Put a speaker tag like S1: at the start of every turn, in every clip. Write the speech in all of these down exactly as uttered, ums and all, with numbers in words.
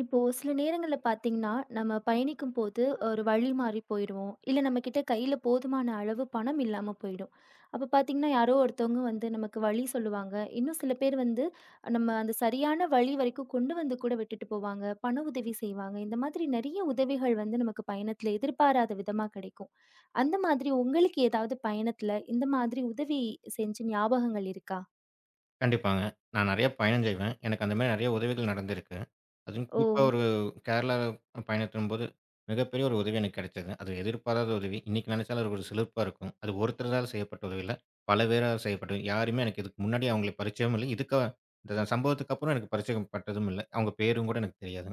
S1: இப்போ சில நேரங்கள்ல பார்த்தீங்கன்னா, நம்ம பயணிக்கும்போது ஒரு வழி மாறி போயிருவோம். இல்ல நம்மகிட்ட கையில போதுமான அளவு பணம் இல்லாம போயிடும். அப்ப பார்த்தீங்கன்னா, யாரோ ஒருத்தவங்க வந்து நமக்கு வழி சொல்லுவாங்க. இன்னும் சில பேர் வந்து நம்ம அந்த சரியான வழி வரைக்கும் கொண்டு வந்து கூட விட்டுட்டு போவாங்க. பண உதவி செய்வாங்க. இந்த மாதிரி நெறைய உதவிகள் வந்து நமக்கு பயணத்துல எதிர்பாராத விதமா கிடைக்கும். அந்த மாதிரி உங்களுக்கு ஏதாவது பயணத்துல இந்த மாதிரி உதவி செஞ்ச ஞாபகங்கள் இருக்கா?
S2: கண்டிப்பாங்க. நான் நெறைய பயணம் செய்வேன். எனக்கு அந்த மாரி நெறைய உதவிகள் நடந்திருக்கு. அதுவும்
S1: ஓ!
S2: குறிப்பா ஒரு கேரளா பயணத்தின்போது மிகப்பெரிய ஒரு உதவி எனக்கு கிடைச்சது. அது எதிர்பாராத உதவி. இன்னைக்கு நெனைச்சாலும் அது ஒரு சிலிர்ப்பா இருக்கும். அது ஒருத்தரால செய்யப்பட்ட உதவி இல்ல. பல பேரால் செய்யப்பட்டது. யாருமே எனக்கு இதுக்கு முன்னாடி அவங்கள பரிச்சயமும் இல்ல. இதுக்கா இந்த சம்பவத்துக்கு அப்புறம் எனக்கு பரிச்சயம் பட்டதும் இல்ல. அவங்க பேரும் கூட எனக்கு தெரியாது.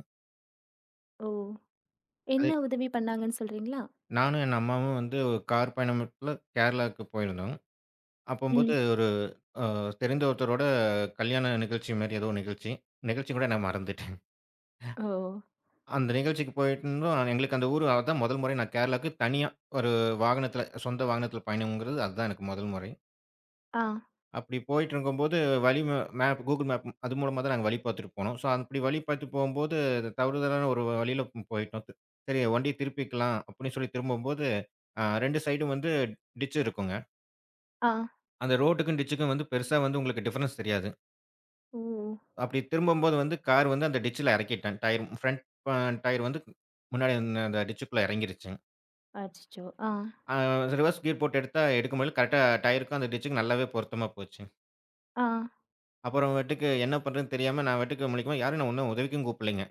S1: ஓ!
S2: அது
S1: என்ன உதவி பண்ணாங்கன்னு சொல்றீங்களா?
S2: நானும் என் அம்மாவும் வந்து ஒரு கார் பயணத்துல கேரளாவுக்கு போயிருந்தோம். அப்பம்போது
S1: ம்.
S2: ஒரு அ தெரிந்த ஒருத்தரோட கல்யாண நிகழ்ச்சி மாரி ஏதோ ஒரு நிகழ்ச்சி. நிகழ்ச்சி கூட நான் மறந்துட்டேன்.
S1: ஓ!
S2: அந்த நிகழ்ச்சிக்கு போயிருந்தோம். எங்களுக்கு அந்த ஊரு அதான் முதல் முறை. நான் கேரளாக்கு தனியா ஒரு வாகனத்தில, சொந்த வாகனத்தில பயணம்ங்கிறது அதுதான் எனக்கு முதல் முறை.
S1: ஆ.
S2: அப்படி போயிட்டு இருக்கும்போது வழி ம மேப், Google மேப் அது மூலமா தான் நாங்க வழி பார்த்துட்டு போனோம். ஸோ அப்படி வழி பார்த்து போம்போது தவறுதலான ஒரு வழியில போயிட்டோம். தி- சரி வண்டிய திருப்பிக்கலாம் அப்படின்னு சொல்லி திரும்பும்போது, அ இரண்டு சைடும் வந்து டிட்ச் இருக்குங்க.
S1: ஆ.
S2: அந்த ரோட்டுக்கும் டிட்ச்சுக்கும் வந்து பெருசா வந்து உங்களுக்கு டிஃபரன்ஸ் தெரியாது.
S1: ஓ!
S2: அப்படி திரும்பும்போது வந்து கார் வந்து அந்த டிட்ச்ல இறக்கிட்டேன். டயர் ஃப்ரண்ட் டயர் வந்து முன்னாடி அந்த டிட்ச்சுக்குள்ள இறங்கிருச்சு.
S1: அச்சச்சோ! ஆ,
S2: அ ரிவர்ஸ் கியர் போட்டு எடுத்தா, எடுக்கும்போது கரெக்ட்டா டயருக்கும், அந்த டிச்சுக்கும் நல்லாவே பொருத்தமா போச்சு.
S1: ஆ,
S2: அப்புறமேட்டுக்கு என்ன பண்றதுன்னு தெரியாம நான் பாட்டுக்கு முழிக்கும் போது, யாரையும் நான் ஒண்ணும் உதவிக்கும் கூப்பிடலைங்க.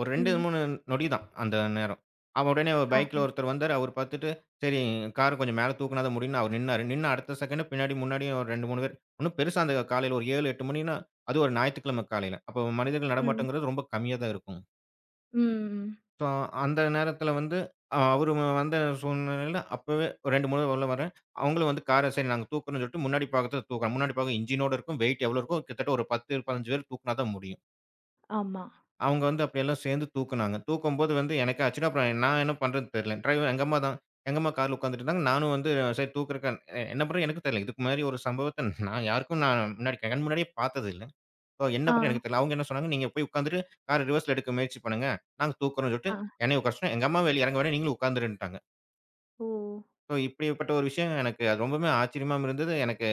S2: ஒரு இரண்டு,
S1: ம்,
S2: மூன்று நொடி தான் அந்த நேரம். அப்ப உடனே ஒரு
S1: ஆ,
S2: பைக்ல ஒருத்தர் வந்தாரு. அவரு பாத்துட்டு, சரி கார கொஞ்சம் மேல தூக்குனா தான் முடியும்ன்னு அவர் நின்னாரு. நின்னு அடுத்த செகண்ட் பின்னாடி, முன்னாடியும் ஒரு இரண்டு, மூன்று பேர். இன்னும் பெருசா அந்த காலையில ஒரு ஏழு, எட்டு மணின்னா, அதுவும் ஒரு ஞாயித்துக்கிழமை காலையில. அப்போ மனிதர்கள்
S1: ம்,
S2: நடமாட்டங்கிறது ரொம்ப கம்மியா தான் இருக்கும்.
S1: ம்.
S2: ஸோ, அந்த நேரத்தில வந்து அ அவரு வந்த சூழ்நிலையில அப்பவே இரண்டு, மூன்று உள்ள வரேன். அவங்களும் வந்து கார சரி நாங்க தூக்குறோம்னு சொல்லிட்டு முன்னாடி பாகத்த தூக்குறோம். முன்னாடி பாகம் இன்ஜினோட இருக்கும். வெயிட் எவ்வளோ இருக்கும்? கிட்டத்தட்ட ஒரு பத்து, பதினைந்து பேர் தூக்குனா தான் முடியும்.
S1: ஆமா.
S2: அவங்க வந்து அப்படியெல்லாம் சேர்ந்து தூக்குனாங்க. தூக்கும்போது வந்து எனக்கே ஆச்சுன்னா, அப்புறம் நான் என்ன பண்றதுன்னு தெரியல. டிரைவர் எங்க அம்மா தான் எங்க அம்மா கார்ல உட்காந்துட்டு இருந்தாங்க. நானும் வந்து சரி தூக்குறக்கு என்ன பண்றது எனக்கும் தெரியல. இதுக்கு மாரி ஒரு சம்பவத்த நான் யாருக்கும் நான் முன்னாடி கண் முன்னாடியே பார்த்தது இல்ல. ஓ! என்ன
S1: ஆ,
S2: பண்ண எனக்கு தெரியல. அவங்க என்ன சொன்னாங்க, "நீங்க போய் உட்காந்துட்டு, கார ரிவர்ஸ்ல எடுக்க முயற்சி பண்ணுங்க. நாங்க தூக்குறோம்ன்னு" சொல்லிட்டு
S1: ஆ.
S2: என்னைய உட்கார சொன்னா, எங்க அம்மாவ வெளிய இறங்க வேணாம், நீங்களும் உட்காந்துருன்ட்டாங்க.
S1: ஓ!
S2: ஸோ இப்படிப்பட்ட ஒரு விஷயம் எனக்கு அது ரொம்பவுமே ஆச்சரியமாவும் இருந்தது. எனக்கு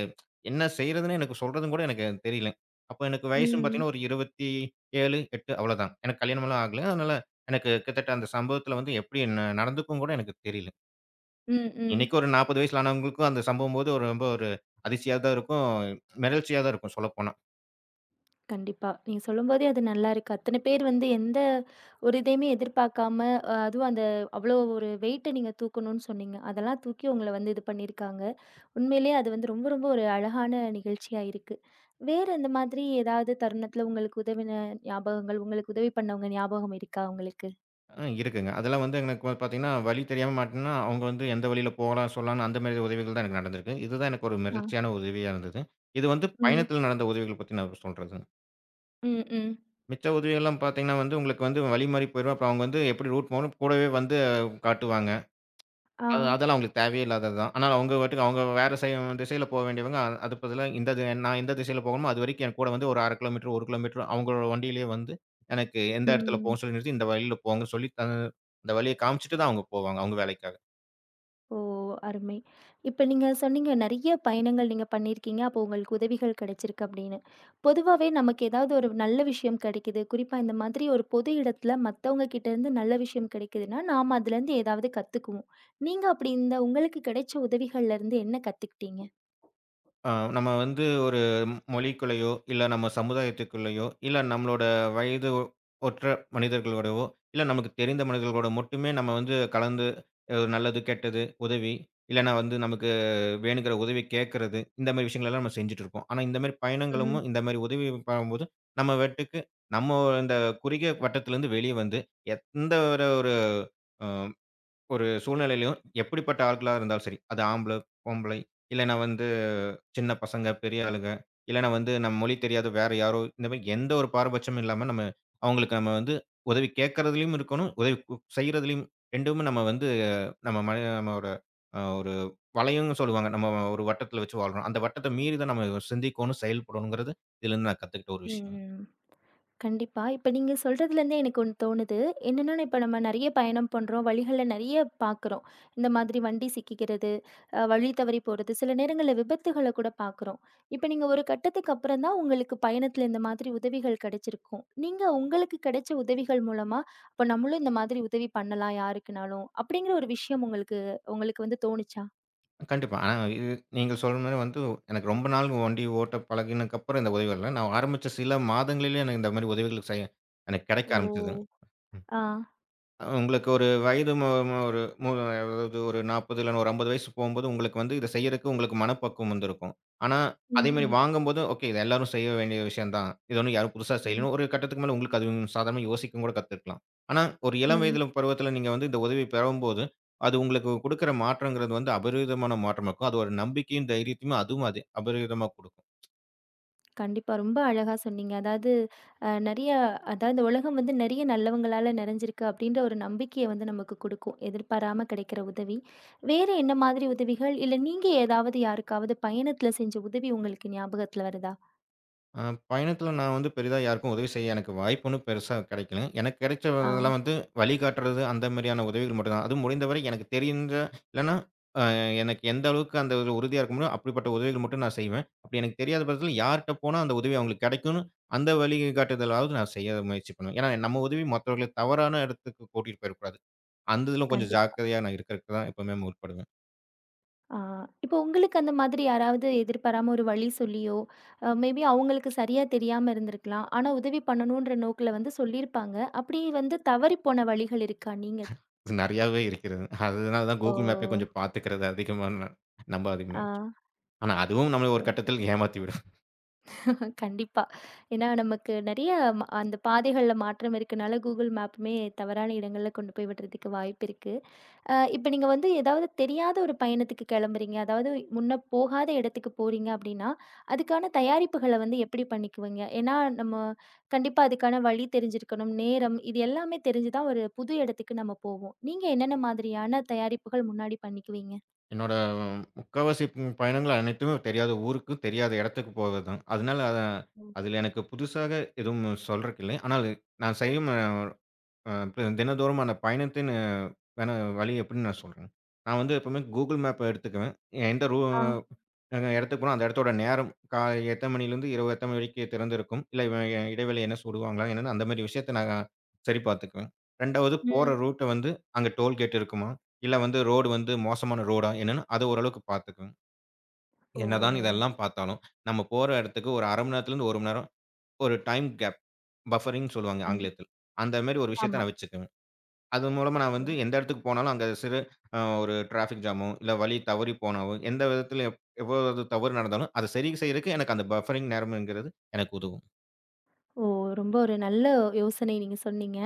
S2: என்ன செய்றதுன்னு எனக்கு சொல்றதுன்னு கூட எனக்கு தெரியல. அப்ப எனக்கு வயசும்
S1: ம்,
S2: பார்த்தீங்கன்னா, ஒரு இருபத்தி ஏழு, எட்டு அவ்வளோதான். எனக்கு கல்யாணம்லாம் ஆகல. அதனால எனக்கு கிட்டத்தட்ட அந்த சம்பவத்தில வந்து எப்படி ந நடந்துக்கும் கூட எனக்கு தெரியல.
S1: ம், ம்.
S2: இன்னைக்கு ஒரு நாற்பது வயசுல ஆனவங்களுக்கும் அந்த சம்பவம்போது ஒரு ரொம்ப ஒரு அதிர்ச்சியா தான் இருக்கும். மிரட்சியா தான் இருக்கும் சொல்லப்போனா.
S1: கண்டிப்பா. நீங்க சொல்லும்போதே அது நல்லாருக்கு. அத்தன பேர் வந்து எந்த ஒரு இதையுமே எதிர்பார்க்காம, அ அதுவும் அந்த அவ்வளோ ஒரு வெயிட்ட நீங்க தூக்கணும்னு சொன்னீங்க. அதெல்லாம் தூக்கி உங்கள வந்து இது பண்ணியிருக்காங்க. உண்மையிலேயே அது வந்து ரொம்ப ரொம்ப ஒரு அழகான நிகழ்ச்சியா இருக்கு. வேற இந்த மாதிரி ஏதாவது தருணத்துல உங்களுக்கு உதவின ஞாபகங்கள், உங்களுக்கு உதவி பண்ணவங்க ஞாபகம் இருக்கா உங்களுக்கு?
S2: ஆ இருக்குங்க. அதெல்லாம் வந்து எனக்கு வந்து பார்த்தீங்கன்னா, வழி தெரியாம மாட்டினா, அவங்க வந்து எந்த வழியில போலாம், சொல்லலாம்னு அந்த மாரி உதவிகள் தான் எனக்கு நடந்திருக்கு. இதுதான் எனக்கு ஒரு
S1: ஆ,
S2: மிரட்சியான உதவியா இருந்தது. இது வந்து
S1: ம்,
S2: பயணத்தில நடந்த உதவிகள் பத்தி நான் சொல்றதுங்க.
S1: ம், ம்.
S2: மிச்ச உதவிகள்லாம் பார்த்தீங்கன்னா வந்து, உங்களுக்கு வந்து வழி மாறி போயிரும். அப்புறம் அவங்க வந்து எப்படி ரூட் போகணும் கூடவே வந்து காட்டுவாங்க.
S1: ஆ,
S2: அது அதெல்லாம் அவங்களுக்கு தேவையே இல்லாதது தான். ஆனா அவங்க பாட்டுக்கு அவங்க வேற செய் திசையில போ வேண்டியவங்க, அ- அதுக்கு பதிலா இந்த தி நான் எந்த திசையில போகணுமோ, அதுவரைக்கும் என் கூட வந்து ஒரு அரை கிலோமீட்டர், ஒரு கிலோமீட்டர் அவங்களோட வண்டியிலேயே வந்து, எனக்கு எந்த இடத்துல
S1: ம்.
S2: போகணும்னு சொல்லி நிறுத்தி, இந்த வழியில போங்கன்னு சொல்லி, அ அந்த வழிய காமிச்சுட்டு தான் அவங்க போவாங்க, அவங்க வேலைக்காக.
S1: ஓ! அருமை. இப்ப நீங்க சொன்னீங்க, நெறைய பயணங்கள் நீங்க பண்ணியிருக்கீங்க. அப்போ உங்களுக்கு உதவிகள் கிடைச்சிருக்கு அப்படின்னு. பொதுவாவே நமக்கு ஏதாவது ஒரு நல்ல விஷயம் கிடைக்குது. குறிப்பா இந்த மாதிரி ஒரு பொது இடத்துல மத்தவங்க கிட்ட இருந்து நல்ல விஷயம் கிடைக்குதுன்னா, நாம அதுலேருந்து ஏதாவது கத்துக்குவோம். நீங்க அப்படி இந்த உங்களுக்கு கிடைச்ச உதவிகள்ல இருந்து என்ன கத்துக்கிட்டீங்க?
S2: ஆ நம்ம வந்து ஒரு மொழிக்குள்ளேயோ, இல்ல நம்ம சமுதாயத்துக்குள்ளேயோ, இல்ல நம்மளோட வயது ஒ- ஒற்ற மனிதர்களோடவோ, இல்ல நமக்கு தெரிந்த மனிதர்களோட மட்டுமே நம்ம வந்து கலந்து அ நல்லது, கெட்டது, உதவி, இல்லன்னா வந்து நமக்கு வேணுங்கிற உதவி கேட்கறது, இந்த மாரி விஷயங்களெல்லாம் நம்ம செஞ்சுட்டு இருப்போம். ஆனா இந்த மாரி பயணங்களும்,
S1: ம்.
S2: இந்த மாரி உதவி பண்ணும்போது, நம்ம பாட்டுக்கு நம்ம இந்த குறுகிய வட்டத்திலருந்து வெளிய வந்து எந்த ஒரு ஒரு அ ஒரு சூழ்நிலையிலயும் எப்படிப்பட்ட ஆட்களா இருந்தாலும் சரி. அது ஆம்பள, பொம்பளை, இல்லைன்னா வந்து சின்ன பசங்க, பெரிய ஆளுங்க, இல்லைன்னா வந்து நம்ம மொழி தெரியாத வேற யாரோ, இந்த மாரி எந்த ஒரு பாரபட்சமும் இல்லாம நம்ம அவங்களுக்கு நம்ம வந்து உதவி கேட்கறதுலயும் இருக்கணும், உதவி கு செய்றதுலயும் 2மே நம்ம வந்து நம்ம ம நம்மோட அ ஒரு வளையம்னு சொல்லுவாங்க. நம்ம ஒரு வட்டத்துல வச்சு வாழ்றோம். அந்த வட்டத்த மீறி தான் நம்ம சிந்திக்கோணும், செயல்படணுங்கிறது இதுலருந்து நான் கத்துக்கிட்ட ஒரு விஷயம்.
S1: ம். கண்டிப்பா. இப்ப நீங்க சொல்றதுலேருந்தே எனக்கு ஒண்ணு தோணுது. என்னன்னா, இப்ப நம்ம நெறைய பயணம் பண்றோம். வழிகள்ல நெறைய பார்க்குறோம். இந்த மாதிரி வண்டி சிக்கிக்கிறது, அ வழி தவறி போறது, சில நேரங்கள்ல விபத்துகள கூட பார்க்குறோம். இப்ப நீங்க ஒரு கட்டத்துக்கு அப்புறம் தான் உங்களுக்கு பயணத்துல இந்த மாதிரி உதவிகள் கிடைச்சிருக்கும். நீங்க உங்களுக்கு கிடைச்ச உதவிகள் மூலமா, அப்ப நம்மளும் இந்த மாதிரி உதவி பண்ணலாம் யாருக்குனாலும், அப்படிங்கிற ஒரு விஷயம் உங்களுக்கு உங்களுக்கு வந்து தோணுச்சா?
S2: கண்டிப்பா. ஆனா இது நீங்க சொல்ற மாரி வந்து எனக்கு ரொம்ப நாள் வண்டி ஓட்ட பழகினதுக்கப்புறம் இந்த உதவிகள் இல்ல. நான் ஆரம்பிச்ச சில மாதங்களிலே எனக்கு இந்த மாரி உதவிகள் செய்ய எனக்கு கிடைக்க
S1: ஓ!
S2: ஆரம்பிச்சது.
S1: ஆ.
S2: அ உங்களுக்கு ஒரு வயது மு மு ஒரு மு அதாவது ஒரு நாற்பது இல்ல ஒரு ஐம்பது வயசு போம்போது, உங்களுக்கு வந்து இத செய்யறக்கு உங்களுக்கு மனப்பக்குவம் வந்திருக்கும். ஆனா,
S1: ம்,
S2: அதேமாரி
S1: ம்,
S2: வாங்கும்போது, ஓகே இது எல்லாரும் செய்ய வேண்டிய விஷயம் தான். இது ஒண்ணும் யாரும் புதுசா
S1: ம்,
S2: செய்யலன்னு ஒரு கட்டத்துக்கு மேல உங்களுக்கு அது சாதாரணமா யோசிக்கவும் கூட கத்துக்கலாம். ஆனா, ஒரு இளம்
S1: ம்.
S2: வயதில பருவத்தில நீங்க வந்து இந்த உதவி பெறும்போது, அது உங்களுக்கு குடுக்குற மாற்றம்ங்கிறது வந்து அபரிவிதமான மாற்றமா இருக்கும். அது ஒரு நம்பிக்கையும், தைரியத்தையும் அதுவும் அது அபரிவிதமா குடுக்கும்.
S1: கண்டிப்பா. ரொம்ப அழகா சொன்னீங்க. அதாவது அ நெறைய அதாவது இந்த உலகம் வந்து நெறைய நல்லவங்களால நிறைஞ்சிருக்கு அப்படின்ற ஒரு நம்பிக்கைய வந்து நமக்கு குடுக்கும். எதிர்பாராம கிடைக்கிற உதவி. வேற என்ன மாதிரி உதவிகள்? இல்ல நீங்க ஏதாவது யாருக்காவது பயணத்துல செஞ்ச உதவி உங்களுக்கு ஞாபகத்துல வருதா?
S2: அ பயணத்தில நான் வந்து பெரிதா யாருக்கும் உதவி செய்ய எனக்கு வாய்ப்பு ஒண்ணும் பெருசா கிடைக்கல. எனக்கு கிடைச்ச
S1: ஆ
S2: இதெல்லாம் வந்து வழிகாட்டுறது அந்த மாரியான உதவிகள் மட்டும் தான். அதுவும் முடிந்தவரை எனக்கு தெரிந்த இல்லன்னா அ எனக்கு எந்த அளவுக்கு அந்த ஒரு உறுதியா இருக்க முடியுமோ, அப்படிப்பட்ட உதவிகள் மட்டும் நான் செய்வேன். அப்படி எனக்கு தெரியாத பட்சத்தில யார்ட்ட போனா அந்த உதவி அவங்களுக்கு கிடைக்கும்னு அந்த வழிகாட்டுதலாவது நான் செய்ய முயற்சி பண்ணுவேன். ஏன்னா நம்ம உதவி மத்தவர்கள தவறான இடத்துக்கு கூட்டிட்டு போயிறக்கூடாது. அந்த இதில கொஞ்சம்
S1: கண்டிப்பா.
S2: ஜாக்கிரதையா நான் இருக்கிறதுக்கு தான் எப்பவுமே முற்படுவேன்.
S1: ஆ இப்போ உங்களுக்கு அந்த மாதிரி யாராவது எதிர்பாராம ஒரு வழி சொல்லியோ, அ மேபி அவங்களுக்கு சரியா தெரியாம இருந்திருக்கலாம். ஆனா உதவி பண்ணணுன்ற நோக்குல வந்து சொல்லியிருப்பாங்க. அப்படி வந்து தவறி போன வழிகள் இருக்கா நீங்க?
S2: இது நெறையாவே இருக்கிறது. அதனால தான்
S1: ஓ!
S2: Google மேப்பே கொஞ்சம் பார்த்துக்கிறது அதிகமா நான் நம்ப அதிகமா. ஆனா, அதுவும் நம்மள
S1: ஆ.
S2: ஒரு கட்டத்தில் ஏமாத்தி விடும்.
S1: கண்டிப்பா. ஏன்னா நமக்கு நெறைய ம அந்த பாதைகள்ல மாற்றம் இருக்கனால Google மேப்புமே தவறான இடங்கள்ல கொண்டு போய் விடுறதுக்கு வாய்ப்பு இருக்கு. அ இப்ப நீங்க வந்து ஏதாவது தெரியாத ஒரு பயணத்துக்கு கெளம்புறீங்க. அதாவது முன்ன போகாத இடத்துக்கு போறீங்க அப்டின்னா, அதுக்கான தயாரிப்புகள வந்து எப்படி பண்ணிக்குவீங்க? ஏன்னா நம்ம கண்டிப்பா அதுக்கான வழி தெரிஞ்சிருக்கணும், நேரம் இது எல்லாமே தெரிஞ்சு தான் ஒரு புது இடத்துக்கு நம்ம போவோம். நீங்க என்னென்ன மாதிரியான தயாரிப்புகள் முன்னாடி பண்ணிக்குவீங்க?
S2: என்னோட முக்காவாசி ம் பயணங்கள் அனைத்துமே தெரியாத ஊருக்கு, தெரியாத இடத்துக்கு போவது தான். அதனால, அ
S1: ம்.
S2: அதில எனக்கு புதுசாக எதுவும் சொல்றக்கு இல்லை. ஆனால் நான் செய்யும் அ த தினந்தோறுமான பயணத்தின் அ க்கான வழி எப்டின்னு நான் சொல்றேன். நான் வந்து எப்பவுமே Google மேப் எடுத்துக்குவேன். எந்த ரூ
S1: ஆ.
S2: நாங்க இடத்துக்கு போறோம், அந்த இடத்தோட நேரம் கா எத்தன மணிலேருந்து இரவு எத்தன மணி வரைக்கும் திறந்திருக்கும். இல்ல இவ இடைவேளை என்ன சுடுவாங்களா? என்னன்னு அந்த மாரி விஷயத்த நான் சரி பார்த்துக்குவேன். 2வது போற
S1: ம்.
S2: ரூட்ட வந்து அங்க டோல்கேட் இருக்குமா? இல்ல வந்து ரோடு வந்து மோசமான ரோடா? என்னன்னு அத ஓரளவுக்கு பார்த்துக்குவேன்.
S1: ஓ!
S2: என்னதான் இதெல்லாம் பார்த்தாலும், நம்ம போற இடத்துக்கு ஒரு அரை மணி நேரத்துலேருந்து ஒரு மணி நேரம் ஒரு டைம் கேப், பஃபரிங்ன்னு சொல்லுவாங்க
S1: கண்டிப்
S2: ஆங்கிலத்தில். அந்த மாரி ஒரு விஷயத்த
S1: ஆமா.
S2: நான் வச்சுக்குவேன். அதன் மூலமா நான் வந்து எந்த இடத்துக்கு போனாலும், அங்க சிறு அ ஒரு டிராஃபிக் ஜாமோ, இல்ல வழி தவறி போனாவோ, எந்த விதத்தில எவ் எவ்வளவு தவறு நடந்தாலும், அதை சரி செய்றதுக்கு எனக்கு அந்த பஃபரிங் நேரம்ங்கிறது எனக்கு உதவும்.
S1: ஓ! ரொம்ப ஒரு நல்ல யோசனை நீங்க சொன்னீங்க.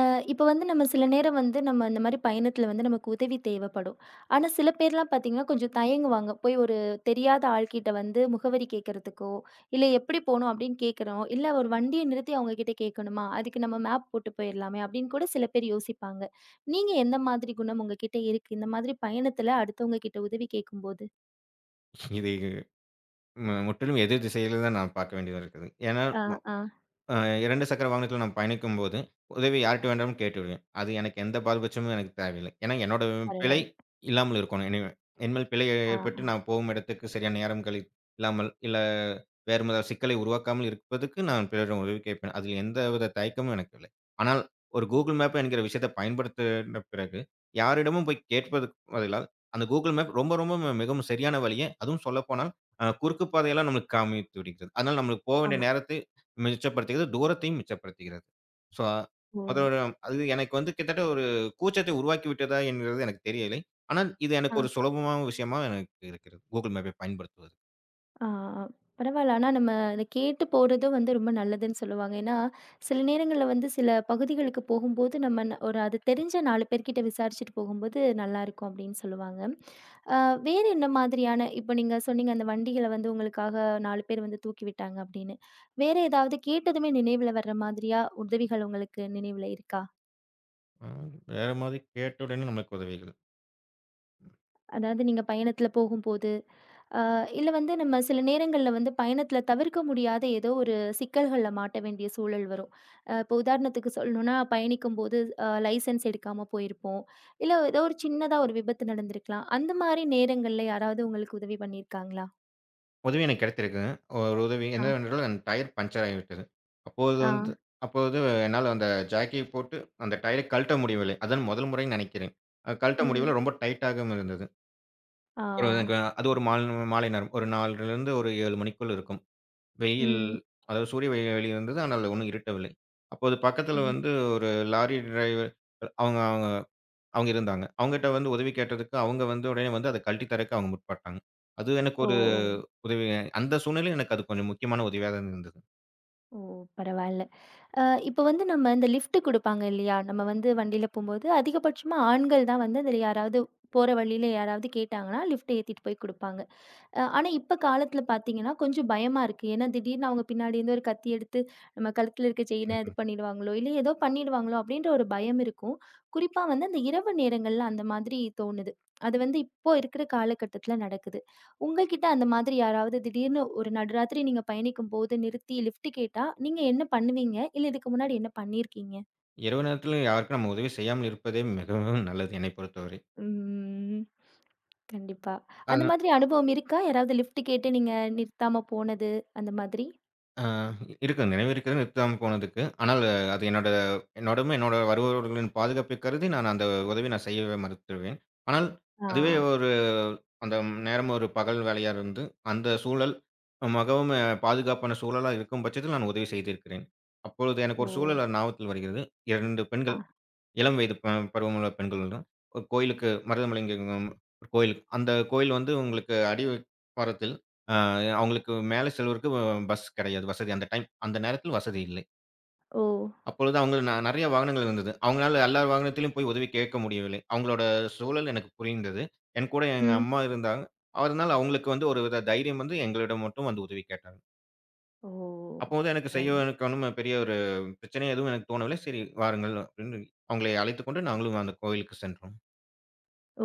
S1: அ இப்ப வந்து நம்ம சில நேரம் வந்து நம்ம இந்த மாரி பயணத்துல வந்து நமக்கு உதவி தேவைப்படும். ஆனா சில பேர்லாம் பார்த்தீங்கன்னா, கொஞ்சம் தயங்குவாங்க. போய் ஒரு தெரியாத ஆள்கிட்ட வந்து முகவரி கேட்கறதுக்கோ, இல்ல எப்படி போணும் அப்படின்னு கேட்கிறோம். இல்ல ஒரு வண்டிய நிறுத்தி அவங்க கிட்ட கேட்கணுமா? அதுக்கு நம்ம மேப் போட்டு போயிரலாமே அப்படின்னு கூட சில பேர் யோசிப்பாங்க. நீங்க எந்த மாதிரி குணம் உங்ககிட்ட இருக்கு? இந்த மாதிரி பயணத்துல அடுத்தவங்க கிட்ட உதவி கேட்கும்போது?
S2: இது மு முற்றிலும் எதிர் திசையில தான் நான் பார்க்க வேண்டியதா இருக்குது. ஏன்னா
S1: ஆ, ஆ.
S2: அ இரண்டு சக்கர வாகனத்தில நான் பயணிக்கும்போது, உதவி யார்ட்ட வேண்டாலும் கேட்டு விடுவேன். அது எனக்கு எந்த பாரபட்சமும் எனக்கு தேவையில்லை. ஏன்னா என்னோட பிழை
S1: பரவால்ல.
S2: இல்லாமல் இருக்கணும். எனிவே என் மேல் பிழை
S1: ஆ, ஆ.
S2: ஏற்பட்டு நான் போகும் இடத்துக்கு சரியான நேரம் கழி இல்லாமல், இல்ல வேறு ஏதாவது சிக்கலை உருவாக்காமல் இருப்பதற்கு நான் பிறரிடம் உதவி கேட்பேன். அதில் எந்தவித தயக்கமும் எனக்கு இல்லை. ஆனால் ஒரு
S1: ஓ!
S2: Google மேப் என்கிற விஷயத்தை பயன்படுத்தின பிறகு, யாரிடமும் போய் கேட்பதற்கு பதிலா, அந்த Google மேப் ரொம்ப ரொம்ப மிகவும் சரியான வழியை, அதுவும் சொல்லப்போனால் அ குறுக்கு பாதையெல்லாம் நம்மளுக்கு காமித்து விடுகிறது. அதனால நம்மளுக்கு போக வேண்டிய
S1: ஆமா.
S2: நேரத்தை மிச்சப்படுத்துகிறது. தூரத்தையும் மிச்சப்படுத்துகிறது. ஸோ,
S1: ஓ!
S2: அதோட அது எனக்கு வந்து கிட்டத்தட்ட ஒரு கூச்சத்தை உருவாக்கி விட்டதா என்கிறது எனக்கு தெரியலை. ஆனால் இது
S1: ஆ.
S2: எனக்கு ஒரு சுலபமான விஷயமா எனக்கு இருக்கிறது. Google மேப்பை பயன்படுத்துவது.
S1: ஆ பரவால்ல. ஆனா நம்ம அத கேட்டு போறதும் வந்து ரொம்ப நல்லதுன்னு சொல்லுவாங்க. ஏன்னா, சில நேரங்கள்ல வந்து சில பகுதிகளுக்கு போகும்போது, நம்ம ந ஒரு அது தெரிஞ்ச நாலு பேர்கிட்ட விசாரிச்சுட்டு போகும்போது நல்லாயிருக்கும் அப்படின்னு சொல்லுவாங்க. அ வேறு என்ன மாதிரியான இப்போ நீங்க சொன்னீங்க அந்த வண்டிகள வந்து உங்களுக்காக நாலு பேர் வந்து தூக்கி விட்டாங்க அப்படின்னு. வேற ஏதாவது கேட்டதுமே நினைவுல வர்ற மாதிரியா உதவிகள் உங்களுக்கு நினைவுல இருக்கா?
S2: அ வேற மாதிரி கேட்ட உடனே நம்மளுக்கு உதவிகள்.
S1: அதாவது நீங்க பயணத்துல போகும்போது, அ இல்ல வந்து நம்ம சில நேரங்கள்ல வந்து பயணத்துல தவிர்க்க முடியாத ஏதோ ஒரு சிக்கல்கள்ல மாட்ட வேண்டிய சூழல் வரும். அ இப்போ உதாரணத்துக்கு சொல்லணும்னா, பயணிக்கும்போது அ லைசென்ஸ் எடுக்காம போயிருப்போம். இல்ல ஏதோ ஒரு சின்னதா ஒரு விபத்து நடந்திருக்கலாம். அந்த மாரி நேரங்கள்ல யாராவது உங்களுக்கு உதவி பண்ணியிருக்காங்களா?
S2: உதவி எனக்கு கிடைத்திருக்கு. ஒரு உதவி
S1: ஆ.
S2: என்னவென்றால் என் டயர் பஞ்சர் ஆகிவிட்டது. அப்போது
S1: ஆ.
S2: வந்து அப்போது என்னால அந்த ஜாக்கியை போட்டு அந்த டயரை கழட்ட முடியவில்லை. அதான் முதல் முறைன்னு நினைக்கிறேன். அ கழட்ட
S1: ம்.
S2: முடியவில்லை. ரொம்ப டைட்டாகவும் இருந்தது.
S1: ஆ.
S2: அப்புறம் எனக்கு அது ஒரு மால் மாலை நேரம். ஒரு நாலு அரை ஒரு ஏழு மணிக்குள் இருக்கும். வெயில்
S1: ம்.
S2: அதாவது சூரிய வெ வெளி இருந்தது. ஆனால் ஒண்ணும் இருட்டவில்லை. அப்போது பக்கத்தில
S1: ம்.
S2: வந்து ஒரு லாரி டிரைவர் அவங்க அவங்க அவங்க இருந்தாங்க. அவங்கட்ட வந்து உதவி கேட்டதுக்கு, அவங்க வந்து உடனே வந்து அத கழட்டி தரக்கு அவங்க முற்பட்டாங்க. அது எனக்கு
S1: ஓ!
S2: ஒரு உதவி. அந்த சூழ்நிலையில எனக்கு அது கொஞ்சம் முக்கியமான உதவியா தான் இருந்தது.
S1: ஓ! பரவால்ல. அ இப்ப வந்து நம்ம இந்த லிஃப்ட் குடுப்பாங்க இல்லையா? நம்ம வந்து வண்டியில போம்போது, அதிகபட்சமா ஆண்கள் தான் வந்து அதில யாராவது போற வழியில யாராவது கேட்டாங்கன்னா, லிஃப்ட் ஏத்திட்டு போய் குடுப்பாங்க. அ ஆனா, இப்ப காலத்துல பார்த்தீங்கன்னா, கொஞ்சம் பயமா இருக்கு. ஏன்னா, திடீர்னு அவங்க பின்னாடி இருந்து ஒரு கத்தி எடுத்து நம்ம கழுத்துல இருக்க செயின இது பண்ணிடுவாங்களோ! இல்ல ஏதோ பண்ணிடுவாங்களோ! அப்பிடின்ற ஒரு பயம் இருக்கும். குறிப்பா வந்து அந்த இரவு நேரங்கள்ல அந்த மாதிரி தோணுது. அது வந்து இப்போ இருக்கிற காலகட்டத்துல நடக்குது. உங்ககிட்ட அந்த மாதிரி யாராவது திடீர்னு ஒரு நடுராத்திரி நீங்க பயணிக்கும்போது நிறுத்தி லிஃப்ட் கேட்டா, நீங்க என்ன பண்ணுவீங்க? இல்ல இதுக்கு முன்னாடி என்ன பண்ணியிருக்கீங்க?
S2: இரவு நேரத்தில யாருக்கும் நம்ம உதவி செய்யாமல் இருப்பதே மிகவும் நல்லது என்னை பொறுத்தவரை.
S1: ம். கண்டிப்பா. அந்த
S2: அது
S1: மாதிரி அனுபவம் இருக்கா? யாராவது லிஃப்ட் கேட்டு நீங்க நிறுத்தாம போனது, அந்த மாதிரி?
S2: ஆ இருக்கு. நினைவு இருக்கிறது நிறுத்தாம போனதுக்கு. ஆனால் அது என்னோட என்னோடும் என்னோட வருபவர்களின் பாதுகாப்பை கருதி நான் அந்த உதவிய நான் செய்யவே மறுத்துருவேன். ஆனால்
S1: ஆ.
S2: அதுவே ஒரு அந்த நேரம் ஒரு பகல் வேலையா இருந்து, அந்த சூழல் மிகவும் பாதுகாப்பான சூழலா இருக்கும் பட்சத்தில் நான் உதவி செய்திருக்கிறேன். அப்பொழுது எனக்கு
S1: ஓ!
S2: ஒரு சூழல் ஞாபகத்தில் வருகிறது. இரண்டு
S1: ஆ.
S2: பெண்கள், இளம் வயது ப பருவமுள்ள பெண்களுடன் ஒரு கோயிலுக்கு. மருதமலைங்கம் ஒரு கோயில். அந்த கோயில் வந்து உங்களுக்கு அடிவாரத்தில் அ அவங்களுக்கு மேல செல்வதற்கு பஸ் கிடையாது வசதி. அந்த டைம் அந்த நேரத்தில் வசதி இல்லை.
S1: ஓ!
S2: அப்பொழுது அவங்க ந நெறைய வாகனங்கள் இருந்தது. அவங்களால எல்லா வாகனத்திலும் போய் உதவி கேட்க முடியவில்லை. அவங்களோட சூழல் எனக்கு புரிந்தது. என் கூட எங்க
S1: ம்.
S2: அம்மா இருந்தாங்க. அதனால அவங்களுக்கு வந்து ஒரு வித தைரியம் வந்து எங்களிடம் மட்டும் வந்து ஒதவி கேட்டாங்க.
S1: ஓ!
S2: அப்போது எனக்கு செய்ய
S1: பரவால்ல.
S2: எனக்கு ஒண்ணும் பெரிய ஒரு பிரச்சனை எதுவும் எனக்கு தோணவில்லை. சரி வாருங்கள் அப்படின்னு அவங்களை அழைத்துக்கொண்டு நாங்களும் அந்த கோயிலுக்கு சென்றோம்.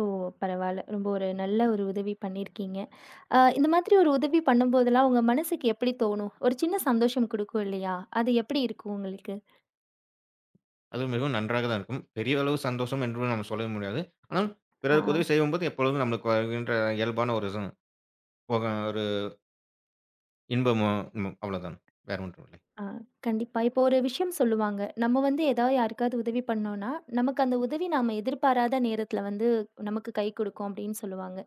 S1: ஓ! பரவால்ல. ரொம்ப ஒரு நல்ல ஒரு உதவி பண்ணியிருக்கீங்க. அ இந்த மாதிரி ஒரு உதவி பண்ணும்போதெல்லாம் உங்க மனசுக்கு எப்படி தோணும்? ஒரு சின்ன சந்தோஷம் குடுக்கும் இல்லையா? அது எப்படி இருக்கும் உங்களுக்கு?
S2: அது மிகவும் நன்றாக தான் இருக்கும். பெரிய அளவு சந்தோஷம் என்று நம்ம சொல்லவே முடியாது. ஆனால்
S1: ஆ.
S2: பிறருக்கு உதவி செய்யும்போது எப்பொழுதும் நம்மளுக்கு வருகின்ற இயல்பான ஒரு ச போக ஒரு இன்பமும் ம் அவ்வளோதான். வேற ஒன்றும் இல்லை.
S1: ஆ, கண்டிப்பா. இப்போ ஒரு விஷயம் சொல்லுவாங்க. நம்ம வந்து ஏதாவது யாருக்காவது உதவி பண்ணோம்னா, நமக்கு அந்த உதவி நாம எதிர்பாராத நேரத்துல வந்து நமக்கு கை கொடுக்கும் அப்படின்னு சொல்லுவாங்க.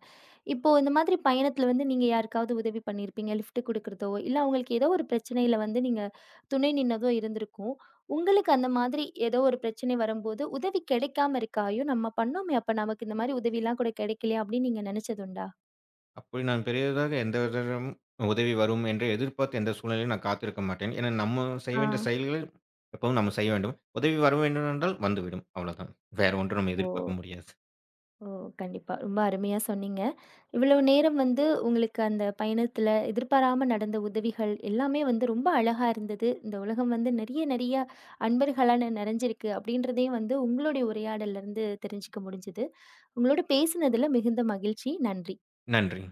S1: இப்போ இந்த மாதிரி பயணத்துல வந்து நீங்க யாருக்காவது உதவி பண்ணியிருப்பீங்க. லிஃப்ட் குடுக்குறதோ, இல்ல அவங்களுக்கு ஏதோ ஒரு பிரச்சனையில வந்து நீங்க துணை நின்னதோ இருந்திருக்கும். உங்களுக்கு அந்த மாதிரி ஏதோ ஒரு பிரச்சனை வரும்போது உதவி கிடைக்காம இருக்கா? "ஐயோ! நம்ம பண்ணோமே, அப்ப நமக்கு இந்த மாதிரி உதவிலாம் கூட கிடைக்கலையா?" அப்படின்னு நீங்க நினைச்சதுண்டா?
S2: அப்படி நான் பெரியதாக எந்த விதத்திலும் உதவி வரும் என்று எதிர்பார்த்து எந்த சூழ்நிலையிலும் நான் காத்திருக்க மாட்டேன். ஏன்னா நம்ம செய்ய
S1: ஆ.
S2: வேண்டிய செயல்களை எப்பவும் நம்ம செய்ய வேண்டும். உதவி வர வேண்டும் என்றால் வந்துவிடும். அவ்வளோதான். வேற ஒன்றும் நம்ம
S1: ஓ!
S2: எதிர்பார்க்க முடியாது.
S1: ஓ! கண்டிப்பா. ரொம்ப அருமையா சொன்னீங்க. இவ்வளவு நேரம் வந்து உங்களுக்கு அந்த பயணத்துல எதிர்பாராம நடந்த உதவிகள் எல்லாமே வந்து ரொம்ப அழகா இருந்தது. இந்த உலகம் வந்து நெறைய நெறைய அன்பர்களால நெறஞ்சிருக்கு அப்படின்றதையும் வந்து உங்களுடைய உரையாடல்ல இருந்து தெரிஞ்சுக்க முடிஞ்சது. உங்களோட பேசினதுல மிகுந்த மகிழ்ச்சி. நன்றி.
S2: நன்றி.